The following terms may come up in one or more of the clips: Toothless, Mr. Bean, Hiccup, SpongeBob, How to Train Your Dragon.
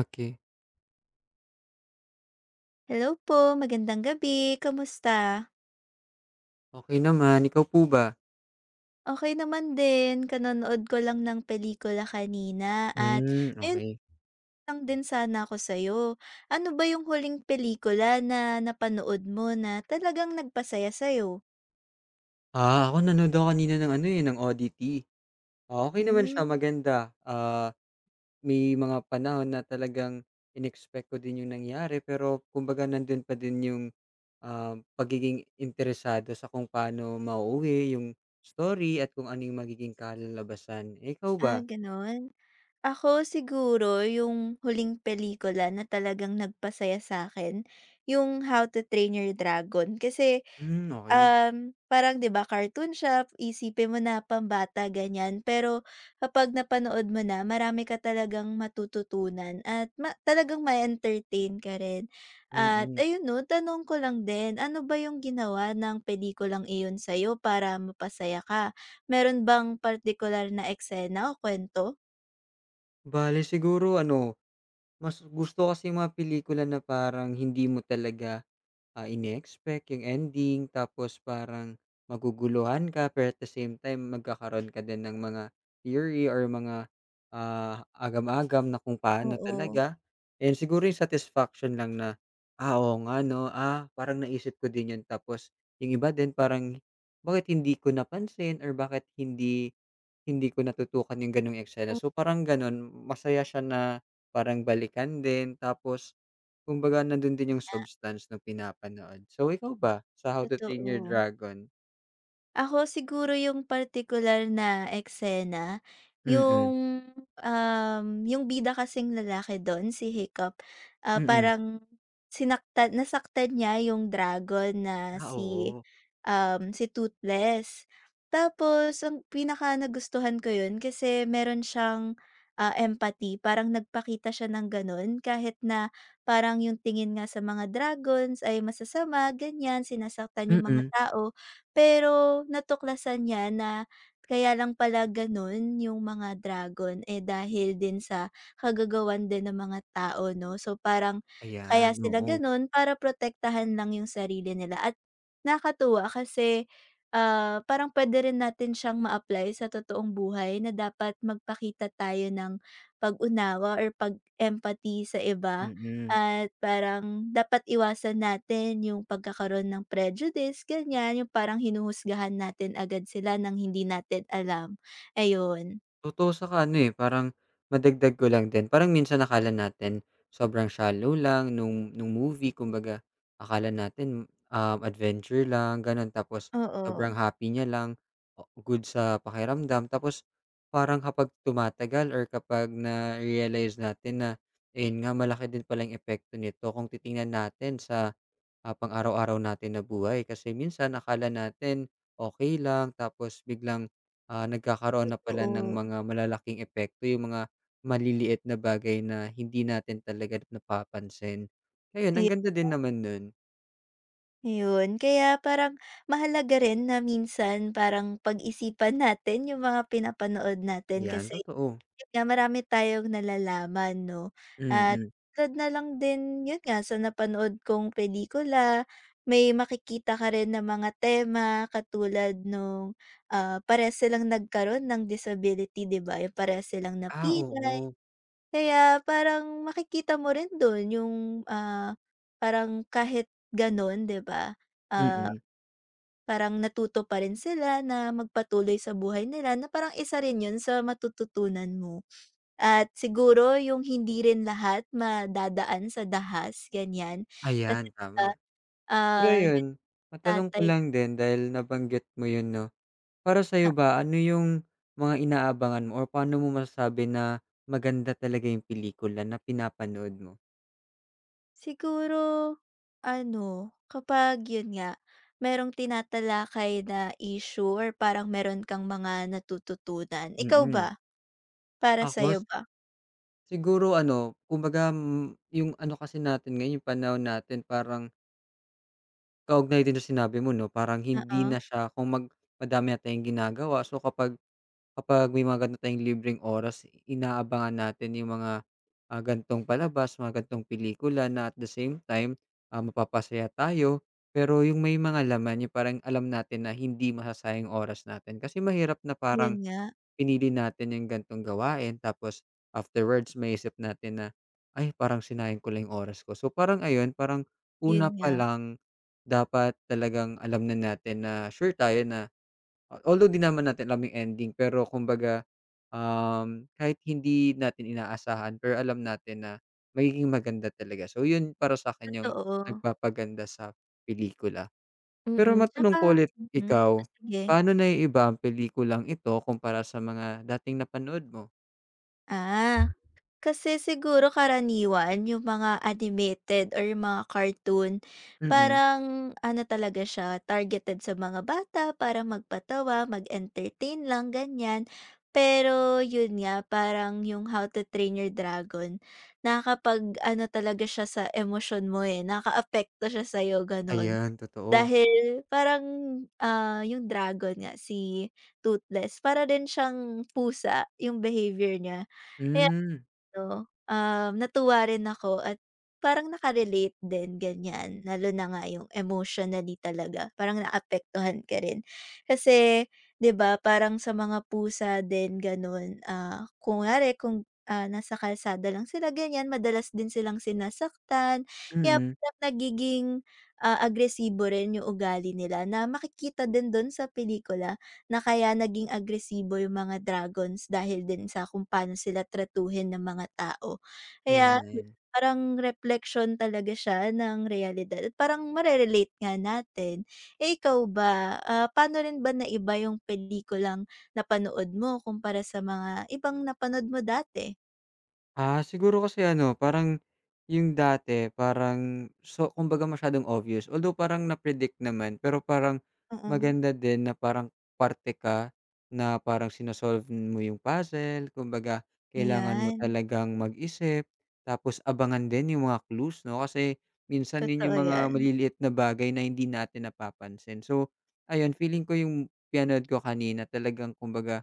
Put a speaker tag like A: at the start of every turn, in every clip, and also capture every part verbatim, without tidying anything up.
A: Okey.
B: Hello po, magandang gabi. Kamusta?
A: Okey naman, ikaw po ba?
B: Okey naman din, kanonood ko lang ng pelikula kanina at
A: Hmm,
B: ayun
A: okey.
B: lang din sana ako sa'yo. Ano ba yung huling pelikula na napanood mo na talagang nagpasaya sa'yo?
A: Ah, ako nanood ako kanina ng ano, eh, ng O D T. Ah, okey naman siya,
B: Hmm,
A: maganda. Ah, may mga panahon na talagang inexpect ko din yung nangyari pero kumbaga nandun pa din yung, um, pagiging interesado sa kung paano mauuwi yung story at kung ano yung magiging kalalabasan. Eh, ikaw ba?
B: ah, gano'n. Ako siguro yung huling pelikula na talagang nagpasaya sa akin yung How to Train Your Dragon. Kasi,
A: Hmm, okey.
B: Um, parang 'di ba cartoon siya, isipin mo na pambata ganyan, pero kapag napanood mo na marami ka talagang matututunan at ma talagang may entertain ka rin. At
A: Mm.
B: ayun 'no, tanong ko lang din, ano ba yung ginawa ng pelikulang iyon sa'yo para mapasaya ka? Meron bang particular na eksena o kwento?
A: Bale siguro ano, mas gusto ko kasi yung mga pelikula na parang hindi mo talaga Ah, ini-expect yung ending tapos parang maguguluhan ka pero at the same time magkakaroon ka din ng mga theory or mga, ah, agam-agam na kung paano
B: Kuwento?
A: talaga. And siguro yung satisfaction lang na, "Ah, oo nga 'no, ah, parang naisip ko din yun." Tapos yung iba din parang, "Bakit hindi ko napansin or bakit hindi hindi ko natutukan yung gano'ng eksena.
B: Oo,
A: So, parang gano'n, masaya siya na parang balikan din tapos kumbaga nando'n din yung substance nung pinapanood. So, ikaw ba sa How to Train Your
B: totoo.
A: Dragon?
B: Ako siguro yung particular na eksena,
A: Mm,
B: yung, um, yung bida kasing lalaki dun, si Hiccup, ah,
A: mm.
B: parang sinaktan nasaktan niya yung dragon na
A: Ah,
B: si,
A: oo.
B: um, si Toothless. Tapos ang pinaka nagustuhan ko yun kasi meron siyang, ah, empathy, parang nagpakita siya ng ganun kahit na parang yung tingin nga sa mga dragons ay masasama, ganyan, sinasaktan yung mga
A: Mm.
B: tao. Pero natuklasan niya na kaya lang pala gano'n yung mga dragon, eh, dahil din sa kagagawan din ng mga tao 'no. So, parang kaya
A: Ayan,
B: sila
A: oo.
B: gano'n para protektahan lang yung sarili nila at nakatuwa kasi, ah, parang puwede rin natin siyang ma-apply sa totoong buhay na dapat magpakita tayo ng pag-unawa or pag-empathy sa iba.
A: Mm.
B: At parang dapat iwasan natin yung pagkakaroon ng prejudice, ganyan, yung parang hinuhusgahan natin agad sila ng hindi natin alam, ayun.
A: Totoo saka ano, eh, parang madagdag ko lang din, parang minsan akala natin sobrang shallow lang nung nung movie kumbaga akala natin, um, adventure lang gano'n tapos sobrang
B: Oo,
A: happy niya lang, o good sa pakiramdam tapos parang kapag tumatagal or kapag na-realize natin na ayun nga malaki din palang epekto nito kung titingnan natin sa Ah, pang-araw-araw natin na buhay kasi minsan akala natin okay lang tapos biglang, ah, nagkakaroon na pala ng
B: totoo.
A: mga malalaking epekto yung mga maliliit na bagay na hindi natin talaga napapansin. Ayun,
B: Aya
A: ang ganda din naman nun.
B: ayun, kaya parang mahalaga rin na minsan parang pag-isipan natin yung mga pinapanood natin
A: 'Yan,
B: kasi.
A: totoo.
B: Yun nga, marami tayong nalalaman 'no. Hmm. At
A: Mm.
B: tulad na lang din yun nga sa napanood kong pelikula, may makikita ka rin ng mga tema katulad nung, ah, parehas silang nagkaroon ng disability 'di ba, yung parehas silang
A: Ah,
B: napilay.
A: oo.
B: Kaya parang makikita mo rin dun yung, ah, parang kahit ganun 'di ba, ah,
A: Mm.
B: parang natuto pa rin sila na magpatuloy sa buhay nila na parang isa rin yun sa matututunan mo. At siguro yung hindi rin lahat madadaan sa dahas, ganyan. Kasi
A: Ayan,
B: 'di ba,
A: tama. Pero
B: ah,
A: ayun,
B: yung
A: matanong ko
B: tatay
A: lang din dahil nabanggit mo yun 'no. Para
B: ah,
A: sa'yo ba, ano yung mga inaabangan mo or paano mo masasabi na maganda talaga yung pelikula na pinapanood mo?
B: siguro ano, kapag yun nga, merong tinatalakay na issue or parang meron kang mga natututunan. Ikaw ba?
A: Mm.
B: Para
A: Ako,
B: sa'yo
A: s-
B: ba?
A: siguro ano, kumbaga, hmm, yung ano kasi natin ngayon, yung panahon natin parang kaugnay din sa sinabi mo 'no, parang hindi na
B: Oo,
A: siya kung mag madami na tayong ginagawa so kapag Kapag may mga ganito tayong libreng oras, inaabangan natin yung mga, ah, ganitong palabas, mga ganitong pelikula na at the same time, ah, mapapasaya tayo. Pero yung may mga laman, yung parang alam natin na hindi masasayang oras natin. Kasi mahirap na
B: yun
A: parang
B: nga,
A: pinili natin yung gantong gawain tapos afterwards may isip natin na, "Ay, parang sinayang ko lang yung oras ko." So, parang ayun, parang
B: yun
A: una pa
B: nga.
A: lang dapat talagang alam na natin na sure tayo na Uh, Although 'di naman natin alam yung ending pero kumbaga, um, kahit hindi natin inaasahan pero alam natin na magiging maganda talaga. So yun para sa akin yung
B: Totoo,
A: nagpapaganda sa pelikula. Pero
B: mm.
A: matanong
B: Tsaka
A: ko ulit
B: mm,
A: ikaw,
B: ah, sige.
A: paano naiiba ang pelikulang ito kumpara sa mga dating napanood mo?
B: Ah. Kasi siguro karaniwan yung mga animated or yung mga cartoon,
A: Mm,
B: parang ano talaga siya, targeted sa mga bata para magpatawa, mag-entertain lang, ganyan. Pero yun nga, parang yung How to Train Your Dragon, nakakapag ano talaga siya sa emosyon mo eh, nakaapekto siya sa'yo, ganun.
A: ayan totoo.
B: Dahil parang ah, yung dragon nga, si Toothless, para din siyang pusa yung behavior niya.
A: Hmm,
B: 'No, um, natuwa rin ako at parang naka-relate din ganyan, lalo na nga yung emotionally talaga parang naapektuhan ka rin. Kasi 'di ba parang sa mga pusa din gano'n, ah, kunwari kung, ah, nasa kalsada lang sila ganyan madalas din silang sinasaktan, kaya
A: mm,
B: parang nagiging, ah, agresibo rin yung ugali nila na makikita din dun sa pelikula. Na kaya naging agresibo yung mga dragons dahil din sa kung paano sila tratuhin ng mga tao. Kaya
A: ayan.
B: parang repleksyon talaga siya ng realidad at parang mare-relate nga natin. Eh, ikaw ba, ah, paano rin ba naiba yung pelikulang napanood mo kumpara sa mga ibang napanood mo dati?
A: Ah, siguro kasi ano, parang yung dati parang so kumbaga masyadong obvious. Although parang na-predict naman, pero parang
B: Mm,
A: maganda din na parang parte ka na parang sino mo yung puzzle. Kumbaga, kailangan mo
B: ayan.
A: talagang mag-isip, tapos abangan din yung mga clues, 'no? Kasi minsan yun
B: Totoo
A: yung mga
B: 'yan.
A: maliliit na bagay na hindi natin napapansin. So, ayun, feeling ko yung pinanood ko kanina talagang kumbaga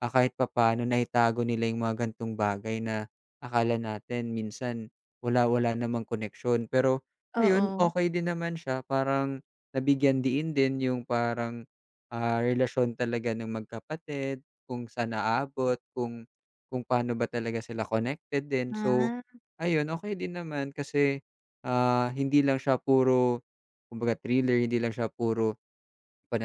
A: Ah, kahit papaano naitago nila yung mga ganitong bagay na akala natin minsan wala-wala namang koneksyon. Pero ayun,
B: Oo.
A: okey din naman siya parang nabigyan diin din yung parang, ah, relasyon talaga ng magkapatid, kung saan aabot, kung kung paano ba talaga sila connected din. So,
B: Ah,
A: ayun okey din naman kasi, ah, hindi lang siya puro kumbaga thriller, hindi lang siya puro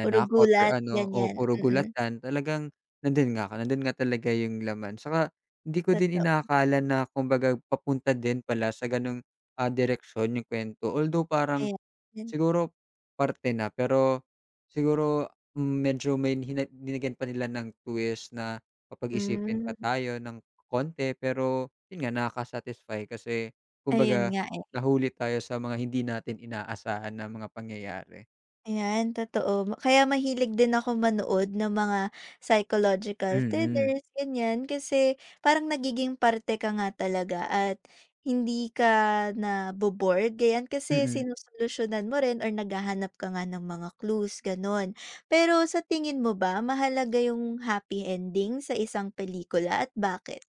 B: puro
A: or
B: gulat,
A: ano, o
B: ganyan.
A: puro
B: Mm,
A: gulatan talagang nandun nga ka, nandun nga talaga yung laman. Saka hindi ko din
B: totoo.
A: inaakala na kumbaga papunta din pala sa ganung, ah, direksyon yung kwento Although parang
B: Ayan.
A: siguro parte na, pero siguro mm, medyo may hina linagyan pa nila ng twist na papag-isipin pa
B: Hmm,
A: tayo ng konti. Pero yun nga nakaka-satisfy kasi
B: ayun
A: kumbaga
B: nga.
A: nahuli tayo sa mga hindi natin inaasahan na mga pangyayari.
B: Ayan, totoo. Ma- Kaya mahilig din ako manood ng mga psychological
A: Mm, mm.
B: thrillers, ganyan. Kasi parang nagiging parte ka nga talaga at hindi ka na bored ganyan.
A: Mm,
B: Kasi
A: mm.
B: sinusolusyunan mo rin or naghahanap ka nga ng mga clues, ganon. Pero sa tingin mo ba, mahalaga yung happy ending sa isang pelikula at bakit?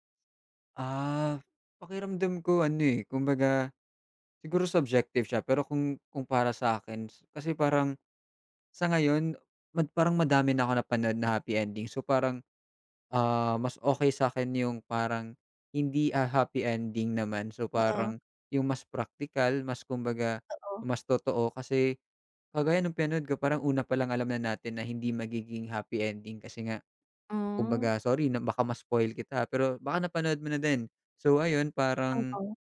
A: Ah, pakiramdam ko ano, eh, kumbaga siguro subjective siya pero kung kung para sa sa'kin kasi parang sa ngayon mad parang madami na ako napanood na happy ending. So, parang, ah, mas okay sa akin yung parang hindi, a happy ending naman. So,
B: Oo,
A: parang yung mas praktikal, mas kumbaga
B: totoo.
A: mas totoo kasi kagaya nung pinanood ko parang una pa lang alam na natin na hindi magiging happy ending kasi nga
B: Hmm,
A: kumbaga sorry na baka ma-spoil kita pero baka napanood mo na din. So, ayun parang
B: oo,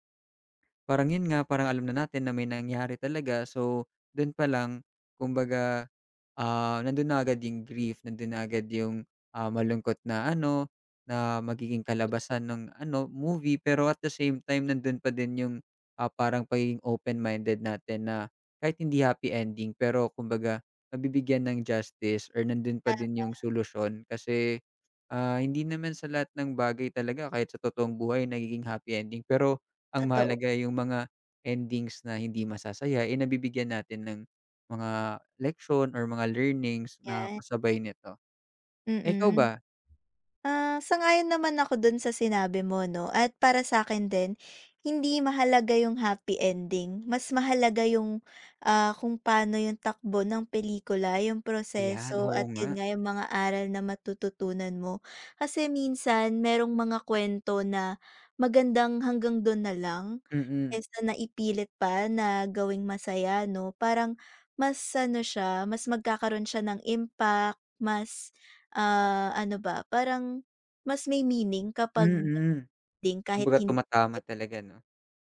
A: Parang yun nga, parang alam na natin na may nangyari talaga. So, dun pa lang kumbaga Ah, nandun na agad yung grief, nandun na agad yung, ah, malungkot na ano, na magiging kalabasan ng ano, movie. Pero at the same time nandun pa din yung, ah, parang pagiging open-minded natin na kahit hindi happy ending pero kumbaga nabibigyan ng justice or nandun pa
B: ta
A: din yung solusyon. Kasi, ah, hindi naman sa lahat ng bagay talaga kahit sa totoong buhay nagiging happy ending. Pero ang
B: totoo
A: mahalaga yung mga endings na hindi masasaya, eh, nabibigyan natin ng mga leksyon or mga learnings na
B: yan.
A: kasabay nito. Eh, ikaw
B: Mm.
A: ba?
B: Ah, sang-ayon naman ako dun sa sinabi mo 'no, at para sa akin din, hindi mahalaga yung happy ending. Mas mahalaga yung, ah, kung paano yung takbo ng pelikula, yung
A: Ayan,
B: proseso
A: oo
B: at
A: nga.
B: yun nga, yung mga aral na matututunan mo. Kasi minsan merong mga kwento na magandang hanggang dun na lang.
A: Mm,
B: Kaysa naipilit pa na gawing masaya 'no, parang mas ano siya, mas magkakaroon siya ng impact, mas, ah, ano ba, parang mas may meaning kapag
A: mm.
B: trending kahit
A: Kumbaga
B: hindi.
A: tumatama talaga 'no?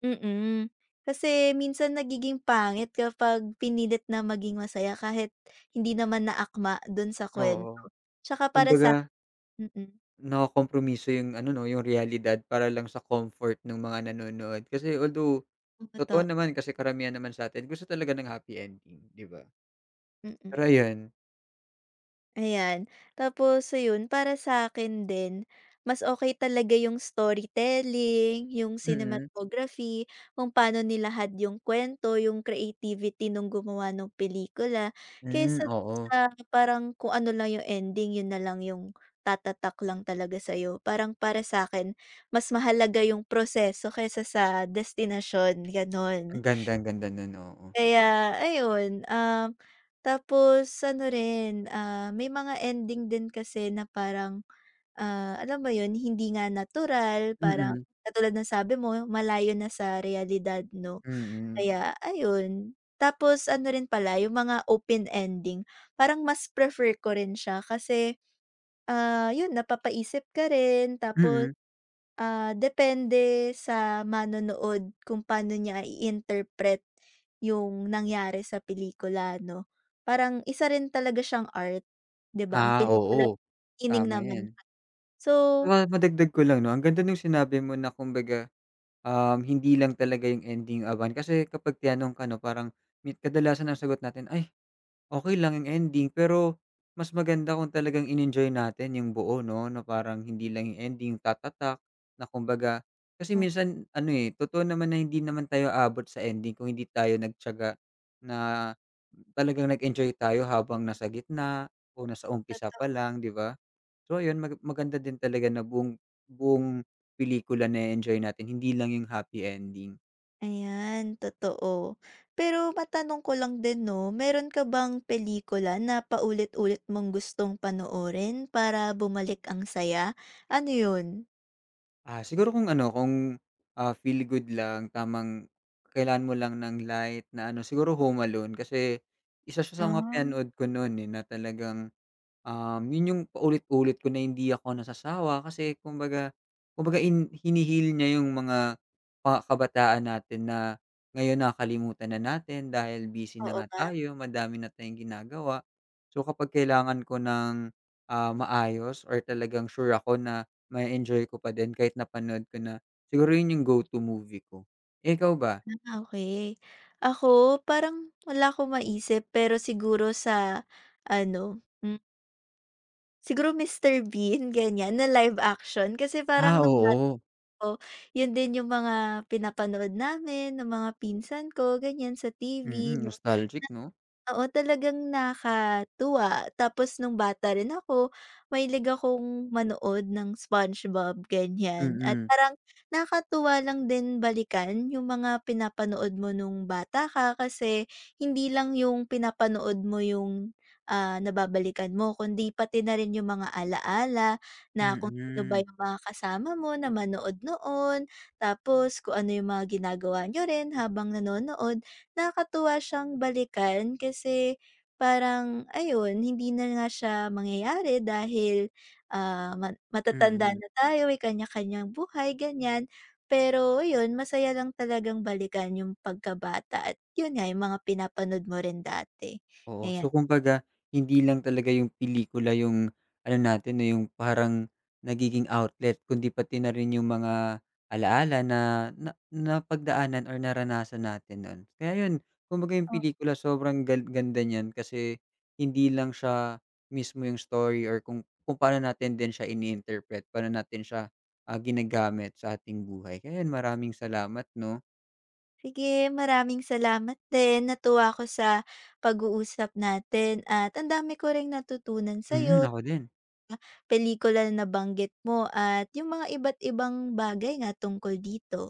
B: mm. mm Kasi minsan nagiging pangit kapag pinilit na maging masaya kahit hindi naman naakma dun sa
A: Oo,
B: kwento. Tsaka para
A: kumbaga
B: sa mm,
A: nakokompromiso yung ano 'no, yung realidad para lang sa comfort nung mga nanonood. Kasi although totoo
B: totoo,
A: naman kasi karamihan naman sa'tin gusto talaga ng happy ending, 'di ba?
B: mm.
A: Pero ayan
B: Ayan. Tapos ayun, para sa akin din, mas okay talaga yung storytelling, yung
A: mm.
B: cinematography, kung paano nilahad yung kwento, yung creativity nung gumawa ng pelikula,
A: Hmm,
B: kaysa
A: oo.
B: sa parang kung ano lang yung ending, yun na lang yung tatatak lang talaga sa'yo. Parang para sa akin mas mahalaga yung proseso kaysa sa destinasyon,
A: Ang
B: gano'n.
A: ganda, ang ganda nun, oo.
B: Kaya ayun, um, tapos ano rin, ah, may mga ending din kasi na parang, ah, alam mo yun, hindi nga natural, parang
A: Mm,
B: katulad ng sabi mo, malayo na sa realidad 'no,
A: mm,
B: kaya ayun. Tapos ano rin pala, yung mga open ending, parang mas prefer ko rin siya kasi, ah, yun napapaisip ka rin tapos.
A: mm.
B: Ah, depende sa manonood kung paano niya i-interpret yung nangyari sa pelikula 'no. Parang isa rin talaga siyang art, 'di ba? Ang
A: Ah,
B: pelikula
A: oo,
B: sining
A: tama
B: naman.
A: 'yan.
B: So,
A: Ah, madagdag ko lang 'no, ang ganda nung sinabi mo na kumbaga, um, hindi lang talaga yung ending awan kasi kapag tinanong ka 'no parang mi kadalasan ang sagot natin, "Ay, okay lang yung ending." Pero mas maganda kung talagang in-enjoy natin yung buo 'no, na parang hindi lang yung ending tatatak na kumbaga kasi
B: hmm,
A: minsan ano, eh, totoo naman na hindi naman tayo abot sa ending kung hindi tayo nagtiyaga na talagang nag-enjoy tayo habang nasa gitna o nasa umpisa pa
B: totoo.
A: lang, 'di ba? So ayun, maga maganda din talaga na buong buong pelikula na enjoy natin, hindi lang yung happy ending.
B: Ayan, totoo. Pero matanong ko lang din 'no, meron ka bang pelikula na paulit-ulit mong gustong panoorin para bumalik ang saya? Ano yun?
A: Ah, siguro kung ano, kung, ah, feel good lang, tamang kailan mo lang ng light na ano, siguro Home Alone kasi isa siya sa mga
B: Hmm.
A: pinanood ko no'n, eh, na talagang Um, yun yung paulit-ulit ko na hindi ako nasasawa kasi kumbaga kumbaga hin hinihil niya yung mga pa kabataan natin na ngayon nakalimutan na natin dahil busy na
B: Oo
A: nga
B: nga.
A: tayo, madami na tayong ginagawa. So, kapag kailangan ko ng, ah, maayos or talagang sure ako na may enjoy ko pa din kahit napanood ko na, siguro yun yung go-to movie ko. Eh, ikaw ba?
B: Ah, okey. Ako parang wala akong maisip pero siguro sa ano, hmm, siguro mister Bean ganyan na live action kasi
A: Ah,
B: parang nung bata
A: oo.
B: ako yun din yung mga pinapanood namin ng mga pinsan ko ganyan sa T V
A: Mm,
B: 'no.
A: nostalgic 'no?
B: Oo, talagang nakatuwa. Tapos nung bata rin ako, mahilig akong manood ng SpongeBob, ganyan. At
A: Mm,
B: parang nakatuwa lang din balikan yung mga pinapanood mo nung bata ka kasi hindi lang yung pinapanood mo yung, ah, nababalikan mo kundi pati na rin yung mga alaala na kung sino ba
A: mm,
B: yung mga kasama mo na manood noon, tapos kung ano yung mga ginagawa niyo rin habang nanonood. Nakakatuwa siyang balikan kasi parang ayun, hindi na nga siya mangyayari dahil, ah, ma matatanda
A: mm.
B: na tayo, may kanya-kanyang buhay, ganyan. Pero ayun, masaya lang talagang balikan yung pagkabata at yun nga, yung mga pinapanood mo rin dati,
A: Oo.
B: ayan.
A: So, kumbaga hindi lang talaga yung pelikula yung ano natin, eh, yung parang nagiging outlet kundi pati na rin yung mga alaala na na napagdaanan or naranasan natin no'n. Kaya yun, kumbaga yung pelikula sobrang gal ganda niyan kasi hindi lang siya mismo yung story or kung kung paano natin din siya ini-interpret, paano natin siya, ah, ginagamit sa ating buhay. Kaya yun, maraming salamat 'no.
B: Sige, maraming salamat din, natuwa ko sa pag-uusap natin at ang dami ko ring natutunan
A: Mm,
B: sa'yo.
A: ako din.
B: Pelikula na nabanggit mo at yung mga iba't ibang bagay nga tungkol dito?